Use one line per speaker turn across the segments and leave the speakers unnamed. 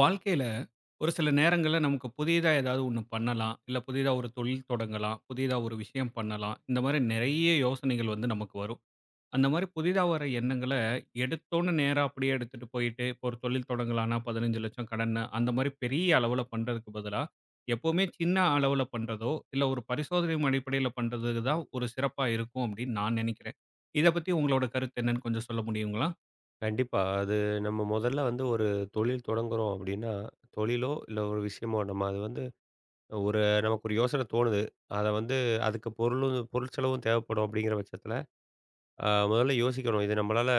வாழ்க்கையில ஒரு சில நேரங்கள்ல நமக்கு புதியதா ஏதாவது ஒண்ணு பண்ணலாம். இல்ல புதிதா ஒரு தொழில் தொடங்கலாம். புதிதா ஒரு விஷயம் பண்ணலாம். இந்த மாரி நெறைய யோசனைகள் வந்து நமக்கு வரும். அந்த மாரி புதிதா வர எண்ணங்கள எடுத்தோனே நேரா அப்படியே எடுத்துட்டு போயிட்டு, இப்போ ஒரு தொழில் தொடங்கலான்னா 15,00,000 கடன்னு அந்த மாரி பெரிய அளவுல பண்றதுக்கு பதிலா, எப்பவுமே சின்ன அளவுல பண்றதோ, இல்ல ஒரு பரிசோதனையும் அடிப்படையில பண்றதுக்கு தான் ஒரு சிறப்பா இருக்கும் அப்படின்னு நான் நெனைக்கிறேன். இத பத்தி உங்களோட கருத்து என்னன்னு கொஞ்சம் சொல்ல முடியுங்களா?
கண்டிப்பா. அது நம்ம முதல்ல வந்து ஒரு தொழில் தொடங்குறோம் அப்டின்னா, தொழிலோ இல்ல ஒரு விஷயமோ நம்ம அது வந்து ஒரு நமக்கு ஒரு யோசனை தோணுது. அத வந்து அதுக்கு பொருளும் பொருள் செலவும் தேவைப்படும் அப்டிங்கிற பட்சத்தில, முதல்ல யோசிக்கணும். இது நம்மளால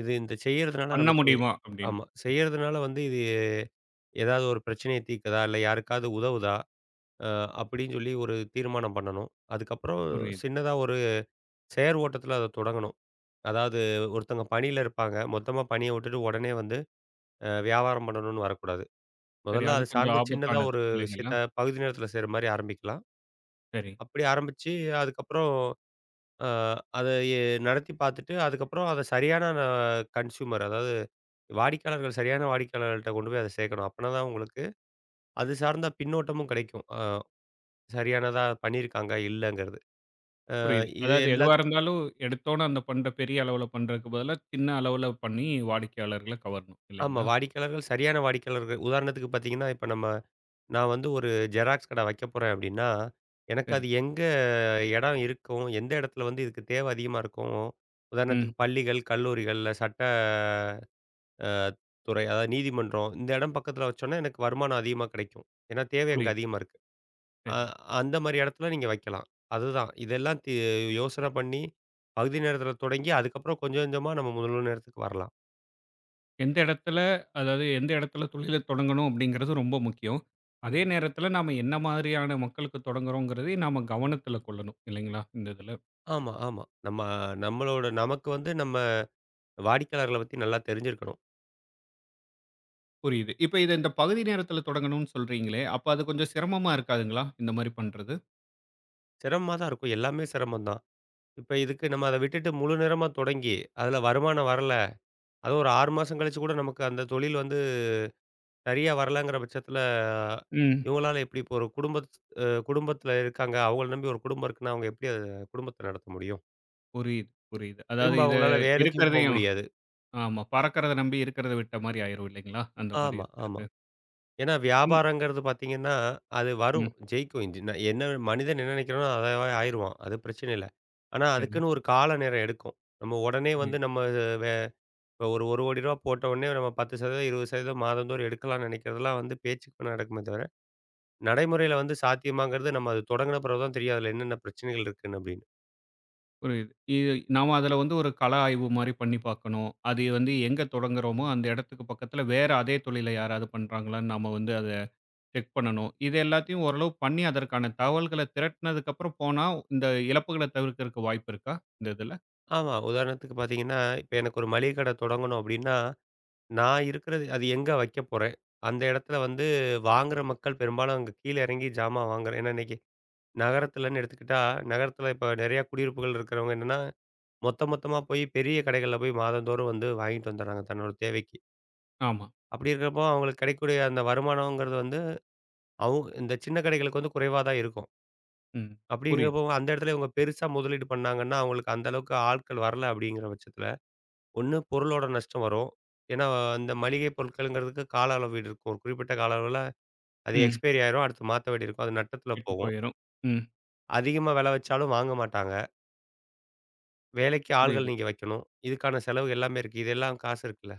இந்த செய்யறதுனால
பண்ண
நமக்கு.
முடியுமா அப்படின்னு?
ஆமா. செய்யறதுனால வந்து இது ஏதாவது ஒரு பிரச்சனைய தீர்க்குதா? இல்ல யாருக்காவது உதவுதா? அ அப்டின்னு சொல்லி ஒரு தீர்மானம் பண்ணணும். அதுக்கப்புறம்
புரியுது.
சின்னதா ஒரு செயற் ஓட்டத்தில அத தொடங்கணும். அதாவது ஒருத்தவங்க பணியில இருப்பாங்க. மொத்தமா பணிய விட்டுட்டு உடனே வந்து வியாபாரம் பண்ணணும்னு வரக்கூடாது.
சரி
முதல்ல
அது
அது
கொஞ்சம்
சார்ந்து சின்னதா
ஆபத்தானது
ஒரு
இல்லைங்களா?
விஷயத்த பகுதி நேரத்தில செய்ற மாரி ஆரம்பிக்கலாம்.
சரி.
அப்படி ஆரம்பிச்சு அதுக்கப்புறம் அ அத எ நடத்தி பார்த்துட்டு, அதுக்கப்புறம் அத சரியான கன்ஸ்யூமர், அதாவது வாடிக்கையாளர்கள், சரியான வாடிக்கையாளர்கள்ட்ட கொண்டு போய் அத சேர்க்கணும். அப்பனா தான் உங்களுக்கு அது சார்ந்த பின்னோட்டமும் கிடைக்கும். சரியானதா பண்ணியிருக்காங்க, இல்லங்கிறது. அ
புரியுது.
இது
அதாவது
எல்லா
எதுவா இருந்தாலும் எடுத்தோன அந்த பண்ற பெரிய அளவுல பண்றதுக்கு பதிலா, சின்ன அளவுல பண்ணி வாடிக்கையாளர்கள கவரணும்
ஆமா.
இல்லைங்களா?
வாடிக்கையாளர்கள் சரியான வாடிக்கையாளர்கள். உதாரணத்துக்கு பார்த்தீங்கன்னா, இப்ப நம்ம நான் வந்து ஒரு ஜெராக்ஸ் கடை வைக்க போறேன் அப்படின்னா, எனக்கு
சரி.
அது இடம் இருக்கும். எந்த இடத்துல வந்து இதுக்கு தேவை அதிகமா இருக்கும்.
ம்.
உதாரணத்துக்கு பள்ளிகள், கல்லூரிகள்ல சட்ட அ துறை, அதாவது நீதிமன்றம். இந்த இடம் பக்கத்துல வச்சோம்னா எனக்கு வருமானம் அதிகமா கிடைக்கும். ஏன்னா தேவை அங்க
புரியுது.
அதிகமா இருக்கு. அ
சரி.
அந்த மாரி இடத்துல நீங்க வைக்கலாம். அதுதான். இதெல்லாம் தி யோசனை பண்ணி பகுதி நேரத்துல தொடங்கி அதுக்கப்புறம் கொஞ்சம் கொஞ்சமா நம்ம முழு நேரத்துக்கு வரலாம்.
எந்த இடத்துல அதாவது எந்த இடத்துல தொழில தொடங்கணும் அப்படிங்கிறது ரொம்ப முக்கியம். அதே நேரத்துல நாம என்ன மாதிரியான மக்களுக்கு தொடங்குறோங்கிறதையும் நாம கவனத்துல கொள்ளணும் இல்லைங்களா? இந்த இதுல.
ஆமா, ஆமா. நம்ம நம்மளோட நமக்கு வந்து நம்ம வாடிக்கையாளர்கள பத்தி நல்லா தெரிஞ்சிருக்கணும்.
புரியுது. இப்ப இத இந்த பகுதி நேரத்துல தொடங்கணும்னு சொல்றீங்களே, அப்ப அது கொஞ்சம் சிரமமா இருக்காதுங்களா? இந்த மாரி பண்றது?
சிரமமா தான் இருக்கும். எல்லாமே சிரமம் தான். இப்ப இதுக்கு நம்ம அத விட்டுட்டு முழு நேரமா தொடங்கி, அதுல வருமானம் வரல, அதுவும் ஒரு 6 மாசம் கழிச்சு கூட நமக்கு அந்த தொழில் வந்து சரியா வரலங்கிற பட்சத்தில,
ம்.
இவங்களால எப்படி இப்போ ஒரு குடும்பத்தில இருக்காங்க. அவங்கள நம்பி ஒரு குடும்பம் இருக்குன்னா, அவங்க எப்படி அத குடும்பத்த நடத்த முடியும்?
புரியுது, புரியுது. அதாவது
திரும்ப
இத
அவங்களால வேலைக்கும்
இருக்கிறதையும்
முடியாது.
ஆமா. பறக்கிறத நம்பி இருக்கிறத விட்ட மாரி ஆயிரும் இல்லைங்களா? அந்த மாரி
ஆமா, ஆமா.
இருக்கிறது.
ஏன்னா
ம்,
வியாபாரங்கிறது பார்த்தீங்கன்னா, அது வரும்,
ம்.
ஜெயிக்கும். இது ந என்ன மனிதன் என்ன நினைக்கிறானோ அதாவே ஆயிருவான். அது பிரச்சனை இல்ல. ஆனா
சரி.
அதுக்குன்னு ஒரு கால நேரம் எடுக்கும். நம்ம உடனே வந்து
புரியுது,
நம்ம வே இப்ப ஒரு ரூ. 1,00,000 போட்ட உடனே நம்ம 10%, 20% மாதந்தோறும் எடுக்கலாம்னு நினைக்கிறதெல்லாம் வந்து பேச்சுக்கு நடக்குமே தவிர நடைமுறையில வந்து சாத்தியமாங்கிறது நம்ம அது தொடங்குன பிறகு தான் தெரியும் அதில என்னென்ன பிரச்சனைகள் இருக்குன்னு அப்படின்னு.
புரியுது. இது நாம அதுல வந்து ஒரு கள ஆய்வு மாரி பண்ணி பார்க்கணும். அது வந்து எங்க தொடங்குறோமோ, அந்த இடத்துக்கு பக்கத்துல வேற அதே தொழில யாராவது பண்றாங்களான்னு நாம வந்து அத செக் பண்ணணும். இது எல்லாத்தையும் ஓரளவு பண்ணி அதற்கான தகவல்கள திரட்டுனதுக்கப்புறம் போனா, இந்த இழப்புகள தவிர்க்கறக்கு வாய்ப்பு இருக்கா? இந்த இதுல?
ஆமா. உதாரணத்துக்கு பார்த்தீங்கன்னா, இப்ப எனக்கு ஒரு மளிகை கடை தொடங்கணும் அப்படின்னா, நான் இருக்கிறது அது எங்க வைக்க போறேன்? அந்த இடத்துல வந்து வாங்குற மக்கள் பெரும்பாலும் அங்க கீழ இறங்கி ஜாமான் வாங்குறேன். ஏன்னா இன்னைக்கு நகரத்துலன்னு எடுத்துக்கிட்டா, நகரத்துல இப்ப நிறைய குடியிருப்புகள் இருக்கிறவங்க என்னன்னா, மொத்த மொத்தமா போய் பெரிய கடைகள்ல போய் மாதந்தோறும் வந்து வாங்கிட்டு வந்துடுறாங்க தன்னோட தேவைக்கு.
ஆமா.
அப்படி இருக்கிறப்போ அவங்களுக்கு கிடைக்கக்கூடிய அந்த வருமானம்ங்கிறது வந்து, இந்த சின்ன கடைகளுக்கு வந்து குறைவா தான் இருக்கும்.
ம். புரியுது.
அப்படிங்கிறப்போ அந்த இடத்துல இவங்க பெருசா முதலீடு பண்ணாங்கன்னா, அவங்களுக்கு அந்த அளவுக்கு ஆட்கள் வரல அப்படிங்கிற பட்சத்துல, ஒண்ணு பொருளோட நஷ்டம் வரும். ஏன்னா அந்த மளிகை பொருட்கள்ங்கிறதுக்கு கால அளவு இருக்கும். ஒரு குறிப்பிட்ட கால அளவுல அது
ம்.
எக்ஸ்பைரி ஆயிரும். அடுத்து மாத்த வேண்டி இருக்கும். அது நட்டத்துல
கெட்டு
போகும்.
போயிரும். ம்.
அதிகமா விலை வச்சாலும் வாங்க மாட்டாங்க. வேலைக்கு ஆள்கள்
புரியுது,
நீங்க வைக்கணும். இதுக்கான செலவு எல்லாமே இருக்கு. இதெல்லாம் காசு இருக்குல்ல.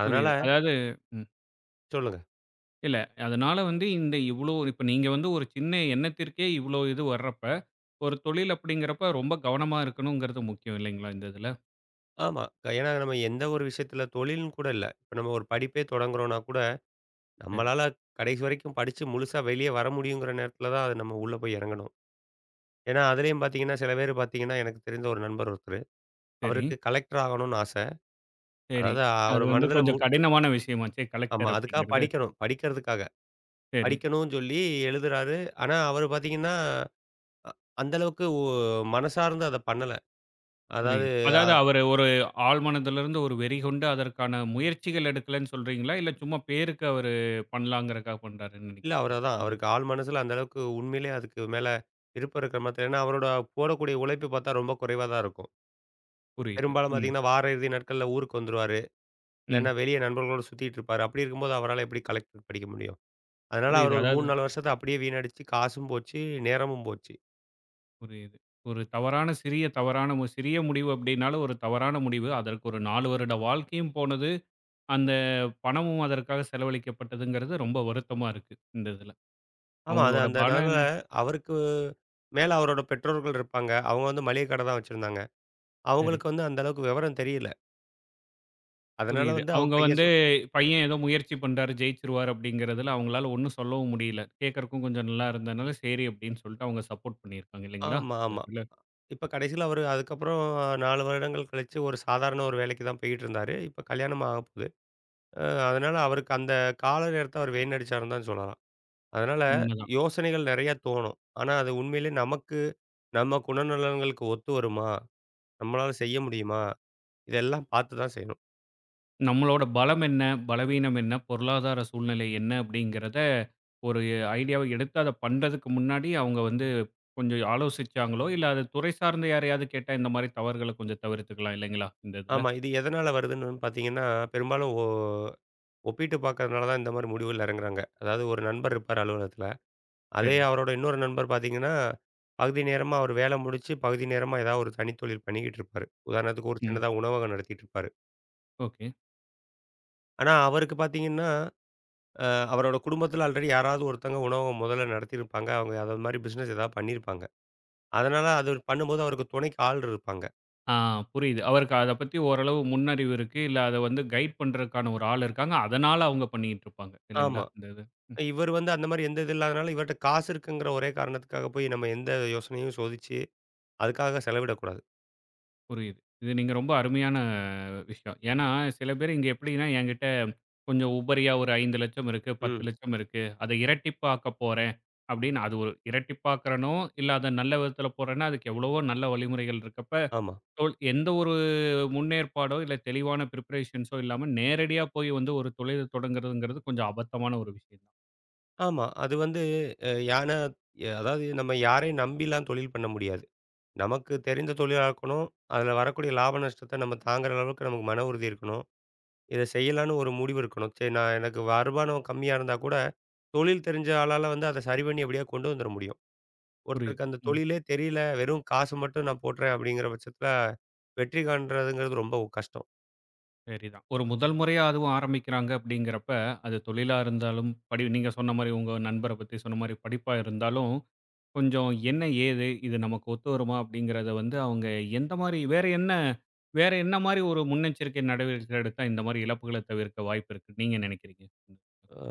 அதனால
புரியுது. அதாவது
சொல்லுங்க.
இல்ல. அதனால வந்து இந்த இவ்ளோ இப்ப நீங்க வந்து ஒரு சின்ன எண்ணத்திற்கே இவ்ளோ இது வர்றப்ப, ஒரு தொழில் அப்படிங்கிறப்ப ரொம்ப கவனமா இருக்கணுங்கிறது முக்கியம் இல்லைங்களா? இந்த இதுல.
ஆமா. ஏன்னா நம்ம எந்த ஒரு விஷயத்துல தொழில்ன்னு கூட இல்ல. இப்ப நம்ம ஒரு படிப்பே தொடங்குறோம்னா கூட,
சரி,
நம்மளால கடைசி வரைக்கும் படிச்சு முழுசா வெளிய வர முடியுங்கிற நேரத்துல தான் அது நம்ம உள்ள போய் இறங்கணும். ஏன்னா, அதிலேயும் பார்த்தீங்கன்னா, சில பேர் பார்த்தீங்கன்னா, எனக்கு தெரிந்த ஒரு நண்பர் ஒருத்தரு.
சரி,
அவருக்கு கலெக்டர் ஆகணும்னு ஆச.
சரி.
அதாவது
அது
அவர்
வந்து
மனதில மு
கொஞ்சம் கடினமான விஷயமாச்சே
ஆமா.
கலெக்டர்
அதுக்காக
அப்படிங்கிறது.
படிக்கணும். படிக்கிறதுக்காக
சரி,
படிக்கணும்னு சொல்லி எழுதுறாரு. ஆனா, அவரு பார்த்தீங்கன்னா, அ அந்த அளவுக்கு ஒ மனசார்ந்து அத பண்ணல. அதாவது
புரியுது.
அ
அதாவது அவரு ஒரு ஆழ்மனதிலிருந்து ஒரு வெறி கொண்டு அதற்கான முயற்சிகள் எடுக்கலன்னு சொல்றீங்களா? இல்ல சும்மா பேருக்கு அவரு பண்ணலாங்கிறக்காக பண்றாருன்னு
இல்ல அவரு
நினைக்கிறீங்களா?
அதான்,
இது
அவருக்கு ஆழ் மனசுல அந்த அளவுக்கு உண்மையிலேயே அதுக்கு மேல விருப்பம் இருக்கிற மாதிரி. ஏன்னா, அவரோட போடக்கூடிய உழைப்பு பார்த்தா ரொம்ப குறைவா தான் இருக்கும்.
புரியுது.
பெரும்பாலும்
ம்,
பார்த்தீங்கன்னா, வார இறுதி நாட்கள்ல ஊருக்கு வந்துருவாரு. இல்லன்னா
ம்.
வெளிய நண்பர்களோட சுத்திட்டு இருப்பாரு. அப்படி இருக்கும்போது அவரால எப்படி கலெக்டர் படிக்க முடியும்? அதனால
புரியுது.
அவர் ஒரு
அதாவது
3, 4 வருஷத்த அப்படியே வீணடிச்சு, காசும் போச்சு, நேரமும் போச்சு.
புரியுது. ஒரு தவறான சிறிய தவறான சிறிய முடிவு அப்டின்னாலும் ஒரு தவறான முடிவு. அதற்கு ஒரு 4 வருட வாழ்க்கையும் போனது. அந்த பணமும் அதற்காக செலவழிக்கப்பட்டதுங்கிறது ரொம்ப வருத்தமா இருக்கு. இந்த இதுல.
ஆமா. அது
அவங்களோட
அந்த
பணம்
நாள்ல
என்ன-
அவருக்கு மேல அவரோட பெற்றோர்கள் இருப்பாங்க. அவங்க வந்து மளிகை கடை தான் வச்சிருந்தாங்க.
சரி
அவங்களுக்கு வந்து அந்த அளவுக்கு விவரம் தெரியல. அதனால
புரியுது.
வந்து அவன்
அவங்க
பையன்
வந்து
சொ
பையன் ஏதோ முயற்சி பண்றாரு, ஜெயிச்சுருவாரு அப்டிங்கிறதுல அவங்களால ஒண்ணும் சொல்லவும் முடியல. கேட்கறக்கும் கொஞ்சம் நல்லா இருந்ததுனால சரி அப்டின்னு சொல்லிட்டு அவங்க சப்போர்ட் பண்ணியிருக்காங்க இல்லைங்களா?
ஆமா,
இந்த
ஆமா.
இதுல.
இப்ப கடைசியில அவரு அதுக்கப்புறம் 4 வருடங்கள் கழிச்சு ஒரு சாதாரண ஒரு வேலைக்கு தான் போயிட்டு இருந்தாரு. இப்ப கல்யாணம் ஆகப்போகுது. அ அதனால அவருக்கு அந்த கால நேரத்த அவர் வீணடிச்சாருன்னு தான் சொல்லலாம். அதனால
உண்மதான்.
யோசனைகள் நெறைய தோணும். ஆனா அது உண்மையிலே நமக்கு, நம்ம குணநலன்களுக்கு ஒத்து வருமா? நம்மளால செய்ய முடியுமா? இதெல்லாம் பார்த்து தான் செய்யணும்.
நம்மளோட பலம் என்ன? பலவீனம் என்ன? பொருளாதார சூழ்நிலை என்ன? அப்படிங்கிறத ஒரு ஐடியாவ எடுத்து அத பண்றதுக்கு முன்னாடி அவங்க வந்து கொஞ்சம் ஆலோசிச்சாங்களோ, இல்ல அது துறை சார்ந்த யாரையாவது கேட்டா இந்த மாரி தவறுகள கொஞ்சம் தவிர்த்துக்கலாம் இல்லைங்களா? இந்த இதுல.
ஆமா. இது எதனால வருதுன்னு பார்த்தீங்கன்னா, பெரும்பாலும் ஒப்பிட்டு பார்க்கறதுனால தான் இந்த மாரி முடிவுகள்ல இறங்குறாங்க. அதாவது ஒரு நண்பர் இருப்பார் அலுவலகத்தில. அதே
சரி.
அவரோட இன்னொரு நண்பர் பார்த்தீங்கன்னா, பகுதி நேரமா அவர் வேலை முடிச்சு, பகுதி நேரமா ஏதாவது ஒரு தனித்தொழில் பண்ணிக்கிட்டு இருப்பாரு. உதாரணத்துக்கு ஒரு
ம்.
சின்னதா உணவகம் நடத்திட்டு இருப்பாரு.
ஓகே.
ஆனா அவருக்கு பார்த்தீங்கன்னா, அ அவரோட குடும்பத்தில ஆல்ரெடி யாராவது ஒருத்தவங்க உணவகம் முதல்ல நடத்தியிருப்பாங்க. அவங்க அது மாரி பிசினஸ் ஏதாவது பண்ணியிருப்பாங்க. அதனால அது பண்ணும்போது அவருக்கு துணைக்கு ஆள் இருப்பாங்க.
ஆ புரியுது. அவருக்கு அத பத்தி ஓரளவு முன்னறிவு இருக்கு. இல்ல அத வந்து கைட் பண்றதுக்கான ஒரு ஆள் இருக்காங்க. அதனால அவங்க பண்ணிக்கிட்டு இருப்பாங்க. இல்லைங்களா?
ஆமா.
இந்த இது.
இவரு வந்து அந்த மாரி எந்த இது இல்லாதனால, இவர்ட்ட காசு இருக்குங்கிற ஒரே காரணத்துக்காக போய் நம்ம எந்த யோசனையும் சோதிச்சு, அதுக்காக செலவிடக்கூடாது.
புரியுது. இது நீங்க ரொம்ப அருமையான விஷயம். ஏன்னா, சில பேர் இங்க எப்படின்னா, என்கிட்ட கொஞ்சம் உபரியா ஒரு 5,00,000 இருக்கு,
ம்.
10,00,000 இருக்கு. அதை இரட்டிப்பாக்க போறேன் அப்படின்னு அது ஒரு இரட்டிப்பாக்குறனோ, இல்ல அத நல்ல விதத்துல போறேன்னா, அதுக்கு எவ்வளவோ நல்ல வழிமுறைகள் இருக்கப்ப,
ஆமா.
தோல் எந்த ஒரு முன்னேற்பாடோ, இல்ல தெளிவான பிரிப்பரேஷன்ஸோ இல்லாம நேரடியா போய் வந்து ஒரு தொழில் தொடங்குறதுங்கிறது கொஞ்சம் அபத்தமான ஒரு விஷயம் தான்.
ஆமா. அது வந்து அ யானா எ அதாவது நம்ம யாரையும் நம்பிலாம் தொழில் பண்ண முடியாது. நமக்கு தெரிந்த தொழிலா இருக்கணும். அதுல வரக்கூடிய லாப நஷ்டத்த நம்ம தாங்குற அளவுக்கு நமக்கு மன உறுதி இருக்கணும். இத செய்யலான்னு ஒரு முடிவு இருக்கணும். சரி நான் எனக்கு வருமானம் கம்மியா இருந்தா கூட, தொழில் தெரிஞ்ச ஆளால வந்து அத சரி பண்ணி எப்படியாவது கொண்டு வந்துர முடியும்.
புரியுது.
ஒருத்தருக்கு அந்த
ம்.
தொழிலே தெரியல, வெறும் காசு மட்டும் நான் போடுறேன் அப்படிங்கிற பட்சத்தில, வெற்றி காண்றதுங்கிறது ரொம்ப கஷ்டம்.
சரிதான். ஒரு முதல் முறையா அதுவும் ஆரம்பிக்கிறாங்க அப்படிங்கிறப்ப, அது தொழிலா இருந்தாலும், படி நீங்க சொன்ன மாரி உங்க நண்பர பத்தி சொன்ன மாரி படிப்பா இருந்தாலும், கொஞ்சம் என்ன ஏது? இது நமக்கு ஒத்து வருமா? அப்படிங்கிறத வந்து அவங்க எந்த மாரி வேற என்ன வேற என்ன மாரி ஒரு முன்னெச்சரிக்கை நடவடிக்கை எடுத்தா இந்த மாரி இழப்புகள தவிர்க்க வாய்ப்பு இருக்குன்னு நீங்க நினைக்கிறீங்க?
அ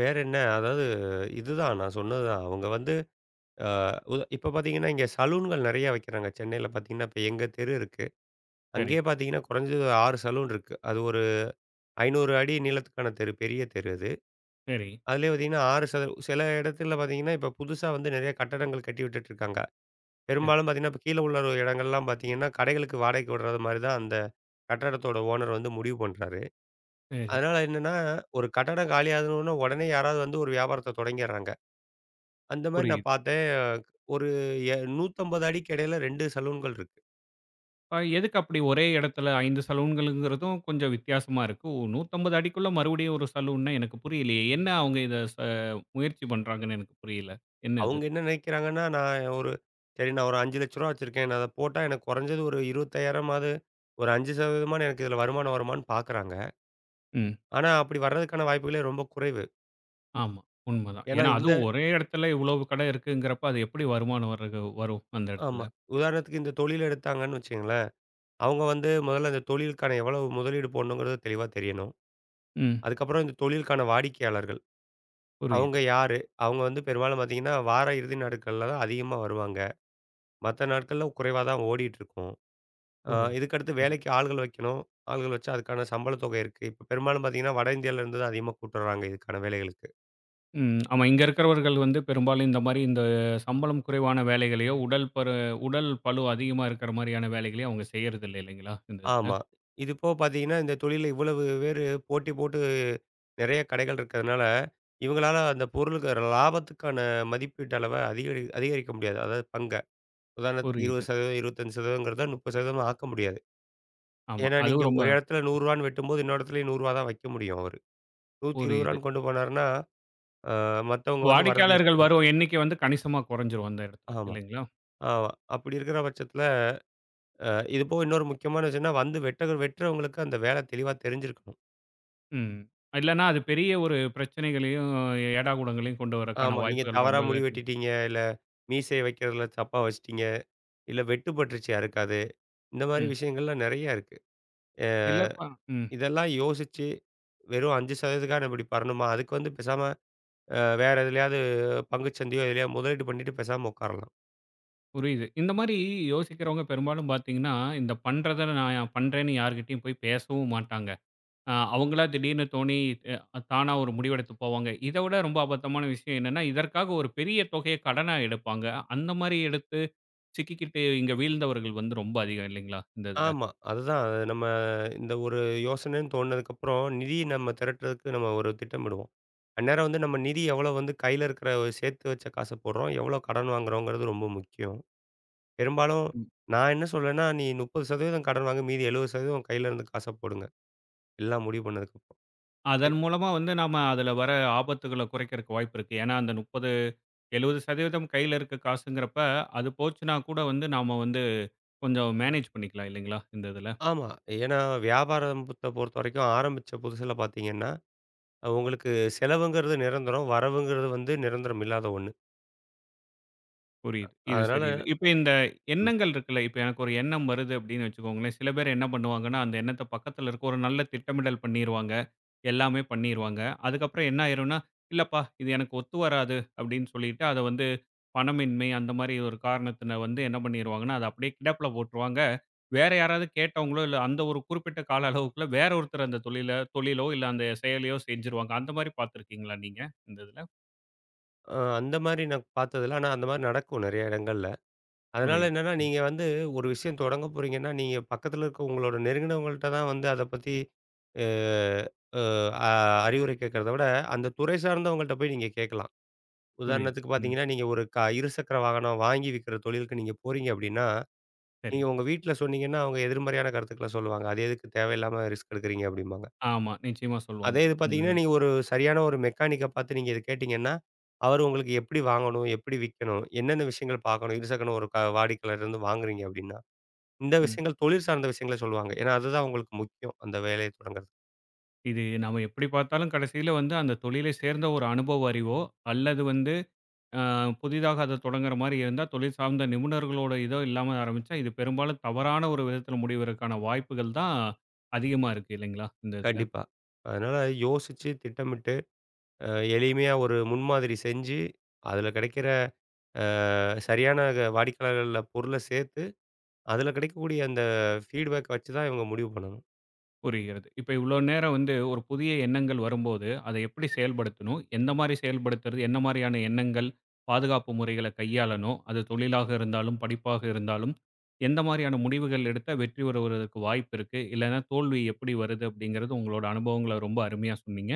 வேற என்ன? அதாவது இதுதான் நான் சொன்னது தான். அவங்க வந்து அ உத இப்ப பார்த்தீங்கன்னா, இங்க சலூன்கள் நெறைய வைக்கிறாங்க. சென்னையில பார்த்தீங்கன்னா, இப்ப எங்க தெரு இருக்கு.
சரி,
அங்கேயே பார்த்தீங்கன்னா, குறைஞ்சது 6 சலூன் இருக்கு. அது ஒரு 500 அடி நீளத்துக்கான தெரு. பெரிய தெரு அது.
சரி,
அதிலேயே பார்த்தீங்கன்னா, 6 ச சில இடத்துல பார்த்தீங்கன்னா, இப்ப புதுசா வந்து நெறைய கட்டடங்கள் கட்டி விட்டுட்டு இருக்காங்க.
சரி,
பெரும்பாலும் பார்த்தீங்கன்னா, இப்ப கீழ உள்ள ஒரு இடங்கள்லாம் பார்த்தீங்கன்னா, கடைகளுக்கு வாடகைக்கு விடுறது மாரி தான் அந்த கட்டடத்தோட ஓனர் வந்து முடிவு பண்றாரு.
சரி.
அதனால என்னன்னா, ஒரு கட்டடம் காலியானவுன உடனே யாராவது வந்து ஒரு வியாபாரத்த தொடங்கிர்றாங்க. அந்த மாரி நான்
புரியுது.
பார்த்தேன். ஒரு எ 150 அடிக்கு இடையில 2 சலூன்கள் இருக்கு.
எதுக்கு அப்படி ஒரே இடத்துல 5 சலூன்களுங்கிறதும் கொஞ்சம் வித்தியாசமா இருக்கு. 150 அடிக்குள்ள மறுபடியும் ஒரு சலூன்னா எனக்கு புரியலையே. என்ன அவங்க இத முயற்சி பண்றாங்கன்னு எனக்கு புரியல. என்ன இது?
அவங்க என்ன நினைக்கிறாங்கன்னா, நான் ஒரு ரூ. 5,00,000 வச்சிருக்கேன். நான் அத போட்டா எனக்கு குறைஞ்சது ஒரு 20,000மாவது, ஒரு 5% எனக்கு இதுல வருமானம் வருமான்னு பார்க்குறாங்க.
ம்.
ஆனா அப்படி வர்றதுக்கான வாய்ப்புகளே ரொம்ப குறைவு.
ஆமா. உண்மதான்.
ஏன்னா
ஏன்னா
இந்த
அதுவும் ஒரே இடத்துல இவ்வளவு கடை இருக்குங்கிறப்ப, அது எப்படி வருமானம் வரது வரும் அந்த இடத்துல?
ஆமா. உதாரணத்துக்கு இந்த தொழில் எடுத்தாங்கன்னு வச்சுக்கங்களேன், அவங்க வந்து முதல்ல அந்த தொழிலுக்கான எவ்வளவு முதலீடு போடணுங்கிறது தெளிவா தெரியணும்.
ம்.
அதுக்கப்புறம் இந்த தொழிலுக்கான வாடிக்கையாளர்கள். அவங்க
புரியுது,
யாரு? அவங்க வந்து பெரும்பாலும் பார்த்தீங்கன்னா, வார இறுதி நாட்கள்ல தான் அதிகமா வருவாங்க. மத்த நாட்கள்ல குறைவா தான் ஓடிட்டுருக்கும்.
புரியுது.
இதுக்கடுத்து
புரியுது.
வேலைக்கு ஆள்கள் வைக்கணும். ஆள்கள் வச்சா அதுக்கான சம்பள தொகை இருக்கு. இப்ப பெரும்பாலும் பார்த்தீங்கன்னா, வட இந்தியாவிலருந்து தான் அதிகமா கூட்டு வர்றாங்க இதுக்கான வேலைகளுக்கு.
ம். ஆமா. இங்க இருக்கிறவர்கள் வந்து பெரும்பாலும் இந்த மாரி இந்த சம்பளம் குறைவான வேலைகளையோ, உடல் பளு அதிகமா இருக்கிற மாரியான வேலைகளையும் அவங்க செய்யறதில்ல இல்லைங்களா? இந்த இதுல.
ஆமா. இது போக பார்த்தீங்கன்னா, இந்த தொழில்ல இவ்வளவு பேரு போட்டி போட்டு நெறைய கடைகள் இருக்கிறதுனால, இவங்களால அந்த பொருளுக்கு லாபத்துக்கான மதிப்பீட்டு அளவ அதிகரிக்க முடியாது. அதாவது பங்க. உதாரணத்துக்கு
புரியுது.
20%, 25%ங்கிறத 30% ஆக்க முடியாது.
ஆமா.
ஏன்னா,
அதுவும்
நீங்க
ரொம்ப
ஒரு இடத்துல ரூ. 100ன்னு வெட்டும்போது, இன்னொரு இடத்துலயும் ரூ. 100 தான் வைக்க முடியும் அவரு. ரூ.
புரியுது.
120ன்னு கொண்டு போனாருன்னா, அ மத்தவங்க வந்து வரது
வாடிக்கையாளர்கள்
யோசிப்பாங்க.
வரும் எண்ணிக்கை வந்து கணிசமா குறைஞ்சிரும் அந்த இடத்துல
ஆமா,
இல்லைங்களா?
ஆமா. அப்படி இருக்கிற பட்சத்துல, அ இது போக இன்னொரு முக்கியமான விஷயம்னா, வந்து வெட்டுறவங்களுக்கு அந்த வேலை தெளிவா தெரிஞ்சிருக்கணும்.
ம். இல்லன்னா அது பெரிய ஒரு பிரச்சனைகளையும், ஏடாகூடங்களையும் கொண்டு வரக்கான
ஆமா, நீங்க
வாய்ப்புகள்
தவறா
ரொம்பவே
முடி
அதிகம்.
வெட்டிட்டீங்க, இல்ல மீசைய வைக்கிறதுல தப்பா வச்சுட்டீங்க, இல்ல வெட்டுப்பட்டுருச்சு யாருக்காவது. இந்த மாரி
ம்.
விஷயங்கள்லாம் நெறைய இருக்கு. அ
இல்லப்பா. ம்.
இதெல்லாம் யோசிச்சு, வெறும் 5% நம்ம இப்படி பண்ணணுமா? அதுக்கு வந்து பேசாம வேற எதுலயாவது பங்குச்சந்தையோ, எதுலயாவது முதலீடு பண்ணிட்டு பேசாம உட்காரலாம்.
புரியுது. இந்த மாரி யோசிக்கிறவங்க பெரும்பாலும் பார்த்தீங்கன்னா, இந்த பண்றத நான் பண்றேன்னு யார்கிட்டயும் போய் பேசவும் மாட்டாங்க. அவங்களா திடீர்னு தோணி தானா ஒரு முடிவெடுத்து போவாங்க. இத விட ரொம்ப அபத்தமான விஷயம் என்னன்னா, இதற்காக ஒரு பெரிய தொகைய கடனா எடுப்பாங்க. அந்த மாரி எடுத்து சிக்கிக்கிட்டு இங்க வீழ்ந்தவர்கள் வந்து ரொம்ப அதிகம் இல்லைங்களா? இந்த இதுல.
ஆமா. அதுதான். அது நம்ம இந்த ஒரு யோசனைன்னு தோணுனதுக்கப்புறம், நிதி நம்ம திரட்டுறதுக்கு நம்ம ஒரு திட்டமிடுவோம். அந்நேரம் வந்து நம்ம நிதி எவ்வளோ வந்து கையில இருக்கிற ஒரு சேர்த்து வச்ச காச போடுறோம், எவ்வளோ கடன் வாங்குறோங்கிறது ரொம்ப முக்கியம். பெரும்பாலும் நான் என்ன சொல்வேன்னா, நீ 30% கடன் வாங்கு, மீதி 70% கையில இருந்த காச போடுங்க. எல்லாம் முடிவு பண்ணதுக்கப்புறம். எ
அதன் மூலமா வந்து நாம அதுல வர ஆபத்துகள குறைக்கிறக்கு வாய்ப்பு இருக்கு. ஏன்னா அந்த 30 70% கையில இருக்க காசுங்கிறப்ப, அது போச்சுன்னா கூட வந்து நாம வந்து கொஞ்சம் மேனேஜ் பண்ணிக்கலாம் இல்லைங்களா? இந்த இதுல.
ஆமா. ஏன்னா வியாபாரத்த பொறுத்தவரைக்கும் ஆரம்பிச்ச புதுசுல பார்த்தீங்கன்னா, உங்களுக்கு செலவுங்கிறது நிரந்தரம், வரவுங்கிறது வந்து நிரந்தரம் இல்லாத ஒண்ணு.
புரியுது. இது சரி
அதனால
இது. இப்ப இந்த எண்ணங்கள் இருக்குல்ல, இப்ப எனக்கு ஒரு எண்ணம் வருது அப்படின்னு வச்சுக்கோங்களேன். சில பேர் என்ன பண்ணுவாங்கன்னா, அந்த எண்ணத்த பக்கத்துல இருக்க ஒரு நல்ல திட்டமிடல் பண்ணிருவாங்க. எல்லாமே பண்ணிருவாங்க. அதுக்கப்புறம் என்ன ஆயிரும்னா, "இல்லப்பா இது எனக்கு ஒத்து வராது" அப்படின்னு சொல்லிட்டு அத வந்து பணமின்மை அந்த மாரி ஒரு காரணத்தின வந்து என்ன பண்ணிருவாங்கன்னா, அத அப்படியே கிடப்புல போட்டுருவாங்க. வேற யாராவது கேட்டவங்களோ, இல்ல அந்த ஒரு குறிப்பிட்ட கால அளவுக்குள்ள வேற ஒருத்தர் அந்த தொழிலோ, இல்ல அந்த செயலையோ செஞ்சுருவாங்க. அந்த மாரி பார்த்துருக்கீங்களா நீங்க? இந்த இதுல?
அந்த மாரி நான் பார்த்ததில்ல. ஆனா அந்த மாரி நடக்கும் நெறைய இடங்கள்ல. அதனால
புரியுது.
என்னன்னா,
ம்.
நீங்க வந்து ஒரு விஷயம் தொடங்க போறீங்கன்னா, நீங்க பக்கத்துல இருக்க உங்களோட நெருங்கினவங்கள்ட்ட தான் வந்து அத பத்தி அ அ அ அறிவுரை கேட்கிறத விட, அந்த துறை சார்ந்தவங்கள்ட்ட போய் நீங்க கேட்கலாம்.
புரியுது.
உதாரணத்துக்கு
ம்.
பார்த்தீங்கன்னா, நீங்க ஒரு இருசக்கர வாகனம் வாங்கி விக்கிற தொழிலுக்கு நீங்க போறீங்க அப்படின்னா,
சரி.
நீங்க உங்க வீட்ல சொன்னீங்கன்னா, அவங்க எதிர்மறையான கருத்துக்கள சொல்லுவாங்க. "அது எதுக்கு தேவையில்லாம ரிஸ்க் எடுக்குறீங்க?" அப்படிம்பாங்க.
ஆமா. நிச்சயமா
அதே
சொல்லுவாங்க.
இது
இந்த
பார்த்தீங்கன்னா,
இது.
நீங்க ஒரு சரியான ஒரு மெக்கானிக்க பார்த்து நீங்க இத கேட்டீங்கன்னா, அவரு உங்களுக்கு எப்படி வாங்கணும்? எப்படி விக்கணும்? என்னென்ன விஷயங்கள் பார்க்கணும்? இருசக்கர ஒரு வாடிக்கையாளர்லேருந்து வாங்குறீங்க அப்படின்னா, இந்த
ம்.
விஷயங்கள் தொழில் சார்ந்த விஷயங்கள சொல்லுவாங்க. ஏன்னா, அதுதான் உங்களுக்கு முக்கியம். அந்த வேலைய தொடங்குறது.
இது நம்ம எப்படி பார்த்தாலும் கடைசியில வந்து அந்த தொழிலை சேர்ந்த ஒரு அனுபவ அறிவோ, அல்லது வந்து அ புதிதாக அத தொடங்குற மாரி இருந்தா, தொழில் சார்ந்த நிபுணர்களோட இதோ இல்லாம ஆரம்பிச்சா, இது பெரும்பாலும் தவறான ஒரு விதத்தில முடிவதற்கான வாய்ப்புகள் தான் அதிகமா இருக்கு இல்லைங்களா? இந்த இதில.
கண்டிப்பா. அதனால யோசிச்சு, திட்டமிட்டு, அ எளிமையா ஒரு முன்மாதிரி செஞ்சு, அதுல கிடைக்கிற அ சரியான க வாடிக்கையாளர்கள்ல பொருள சேர்த்து, அதுல கிடைக்கக்கூடிய அந்த ஃபீட்பேக் வச்சு தான் இவங்க முடிவு பண்ணணும்.
புரிகிறது. இப்ப இவ்வளோ நேரம் வந்து ஒரு புதிய எண்ணங்கள் வரும்போது, அத எப்படி செயல்படுத்தணும்? எந்த மாரி செயல்படுத்துறது? என்ன மாரியான எண்ணங்கள், பாதுகாப்பு முறைகள கையாளணும்? அது தொழிலாக இருந்தாலும், படிப்பாக இருந்தாலும், எந்த மாரியான முடிவுகள் எடுத்தா வெற்றி பெறுவதற்கு வாய்ப்பு இருக்கு? இல்லன்னா தோல்வி எப்படி வருது? அப்படிங்கிறது உங்களோட அனுபவங்கள ரொம்ப அருமையா சொன்னீங்க.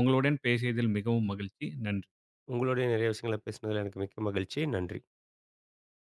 உங்களுடன் பேசியதில் மிகவும் மகிழ்ச்சி. நன்றி.
உங்களுடைய நிறைய விஷயங்கள பேசினதுல எனக்கு மிக்க மகிழ்ச்சி. நன்றி.